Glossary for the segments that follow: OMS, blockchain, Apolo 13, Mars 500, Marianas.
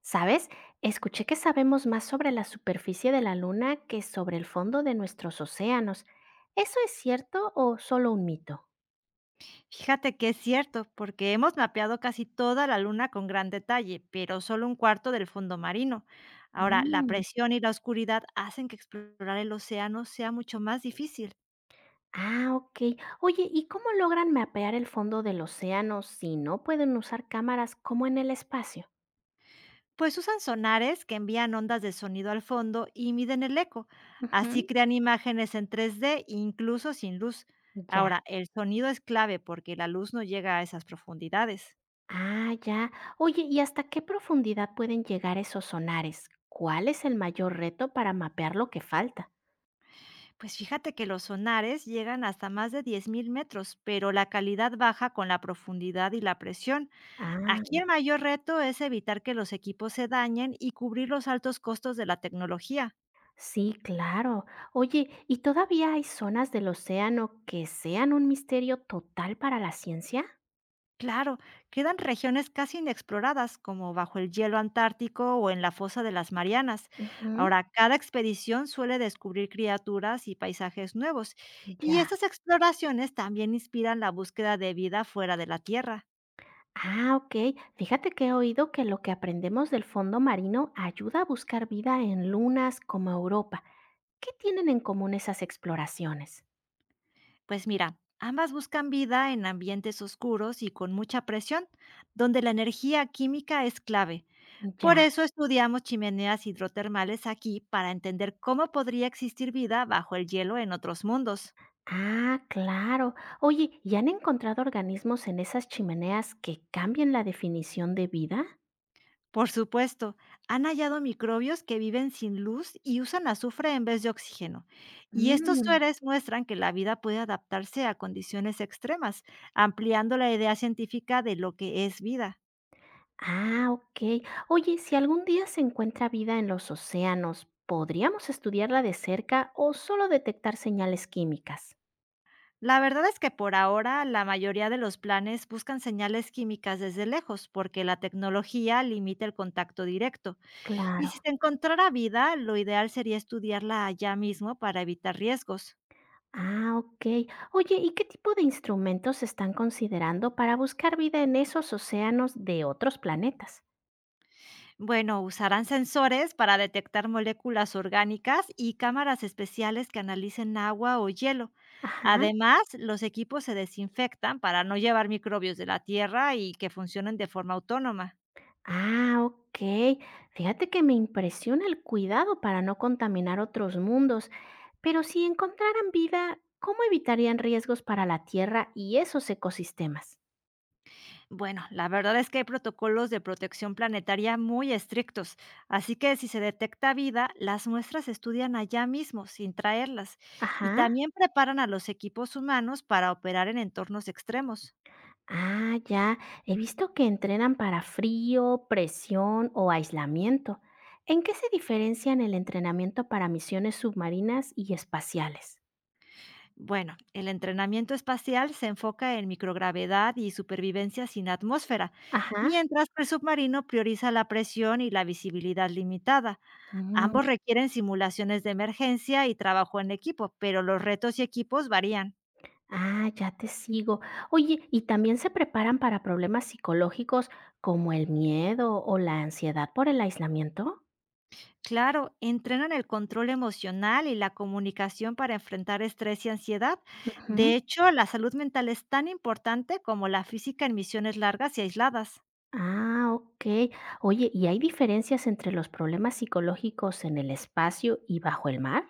¿Sabes? Escuché que sabemos más sobre la superficie de la Luna que sobre el fondo de nuestros océanos. ¿Eso es cierto o solo un mito? Fíjate que es cierto, porque hemos mapeado casi toda la luna con gran detalle, pero solo un cuarto del fondo marino. Ahora, la Mm, presión y la oscuridad hacen que explorar el océano sea mucho más difícil. Ah, ok. Oye, ¿y cómo logran mapear el fondo del océano si no pueden usar cámaras como en el espacio? Pues usan sonares que envían ondas de sonido al fondo y miden el eco. Así Ujú. crean imágenes en tres d incluso sin luz. Ya. Ahora, el sonido es clave porque la luz no llega a esas profundidades. Ah, ya. Oye, ¿y hasta qué profundidad pueden llegar esos sonares? ¿Cuál es el mayor reto para mapear lo que falta? Pues fíjate que los sonares llegan hasta más de 10.000 metros, pero la calidad baja con la profundidad y la presión. Aquí Ah. el mayor reto es evitar que los equipos se dañen y cubrir los altos costos de la tecnología. Sí, claro. Oye, ¿y todavía hay zonas del océano que sean un misterio total para la ciencia? Claro, quedan regiones casi inexploradas, como bajo el hielo antártico o en la fosa de las Marianas. Ujú. Ahora, cada expedición suele descubrir criaturas y paisajes nuevos, y Ya. estas exploraciones también inspiran la búsqueda de vida fuera de la Tierra. Ah, ok. Fíjate que he oído que lo que aprendemos del fondo marino ayuda a buscar vida en lunas como Europa. ¿Qué tienen en común esas exploraciones? Pues mira, ambas buscan vida en ambientes oscuros y con mucha presión, donde la energía química es clave. Por Ya. eso estudiamos chimeneas hidrotermales aquí para entender cómo podría existir vida bajo el hielo en otros mundos. Ah, claro. Oye, ¿y han encontrado organismos en esas chimeneas que cambien la definición de vida? Por supuesto, han hallado microbios que viven sin luz y usan azufre en vez de oxígeno. Y estos Mm. sueres muestran que la vida puede adaptarse a condiciones extremas, ampliando la idea científica de lo que es vida. Ah, ok. Oye, si algún día se encuentra vida en los océanos, ¿podríamos estudiarla de cerca o solo detectar señales químicas? La verdad es que por ahora la mayoría de los planes buscan señales químicas desde lejos porque la tecnología limita el contacto directo. Y Claro. si se encontrara vida, lo ideal sería estudiarla allá mismo para evitar riesgos. Ah, ok. Oye, ¿y qué tipo de instrumentos se están considerando para buscar vida en esos océanos de otros planetas? Bueno, usarán sensores para detectar moléculas orgánicas y cámaras especiales que analicen agua o hielo. Ajá. Además, los equipos se desinfectan para no llevar microbios de la tierra y que funcionen de forma autónoma. Ah, ok. Fíjate que me impresiona el cuidado para no contaminar otros mundos, pero si encontraran vida, ¿cómo evitarían riesgos para la Tierra y esos ecosistemas? Bueno, la verdad es que hay protocolos de protección planetaria muy estrictos, así que si se detecta vida, las muestras se estudian allá mismo sin traerlas y Ajá. también preparan a los equipos humanos para operar en entornos extremos. Ah, ya. He visto que entrenan para frío, presión o aislamiento. ¿En qué se diferencian el entrenamiento para misiones submarinas y espaciales? Bueno, el entrenamiento espacial se enfoca en microgravedad y supervivencia sin atmósfera, Ajá. mientras que el submarino prioriza la presión y la visibilidad limitada. Mm, Ambos requieren simulaciones de emergencia y trabajo en equipo, pero los retos y equipos varían. Ah, ya te sigo. Oye, ¿y también se preparan para problemas psicológicos como el miedo o la ansiedad por el aislamiento? Claro, entrenan el control emocional y la comunicación para enfrentar estrés y ansiedad. Ujú. De hecho, la salud mental es tan importante como la física en misiones largas y aisladas. Ah, ok. Oye, ¿y hay diferencias entre los problemas psicológicos en el espacio y bajo el mar?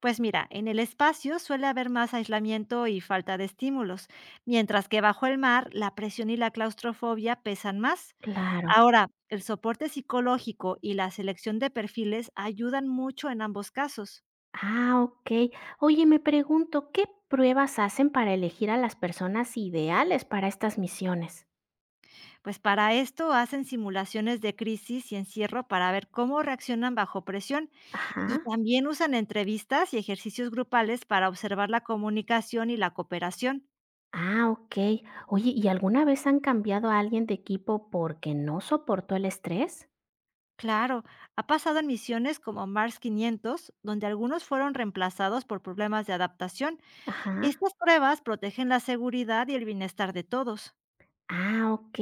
Pues mira, en el espacio suele haber más aislamiento y falta de estímulos, mientras que bajo el mar la presión y la claustrofobia pesan más. Claro. Ahora, el soporte psicológico y la selección de perfiles ayudan mucho en ambos casos. Ah, ok. Oye, me pregunto, ¿qué pruebas hacen para elegir a las personas ideales para estas misiones? Pues para esto hacen simulaciones de crisis y encierro para ver cómo reaccionan bajo presión y Ajá. también usan entrevistas y ejercicios grupales para observar la comunicación y la cooperación. Ah, ok. Oye, ¿y alguna vez han cambiado a alguien de equipo porque no soportó el estrés? Claro, ha pasado en misiones como Mars 500, donde algunos fueron reemplazados por problemas de adaptación. Ajá. Estas pruebas protegen la seguridad y el bienestar de todos. Ah, ok.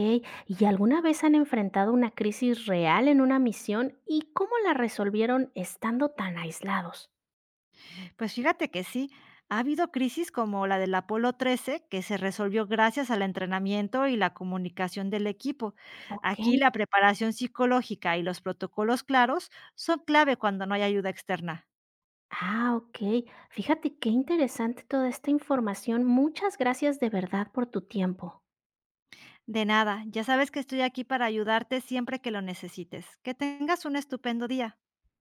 ¿Y alguna vez han enfrentado una crisis real en una misión y cómo la resolvieron estando tan aislados? Pues fíjate que sí, ha habido crisis como la del Apolo 13, que se resolvió gracias al entrenamiento y la comunicación del equipo. Ok. Aquí la preparación psicológica y los protocolos claros son clave cuando no hay ayuda externa. Ah, ok. Fíjate qué interesante toda esta información. Muchas gracias de verdad por tu tiempo. De nada, ya sabes que estoy aquí para ayudarte siempre que lo necesites. Que tengas un estupendo día.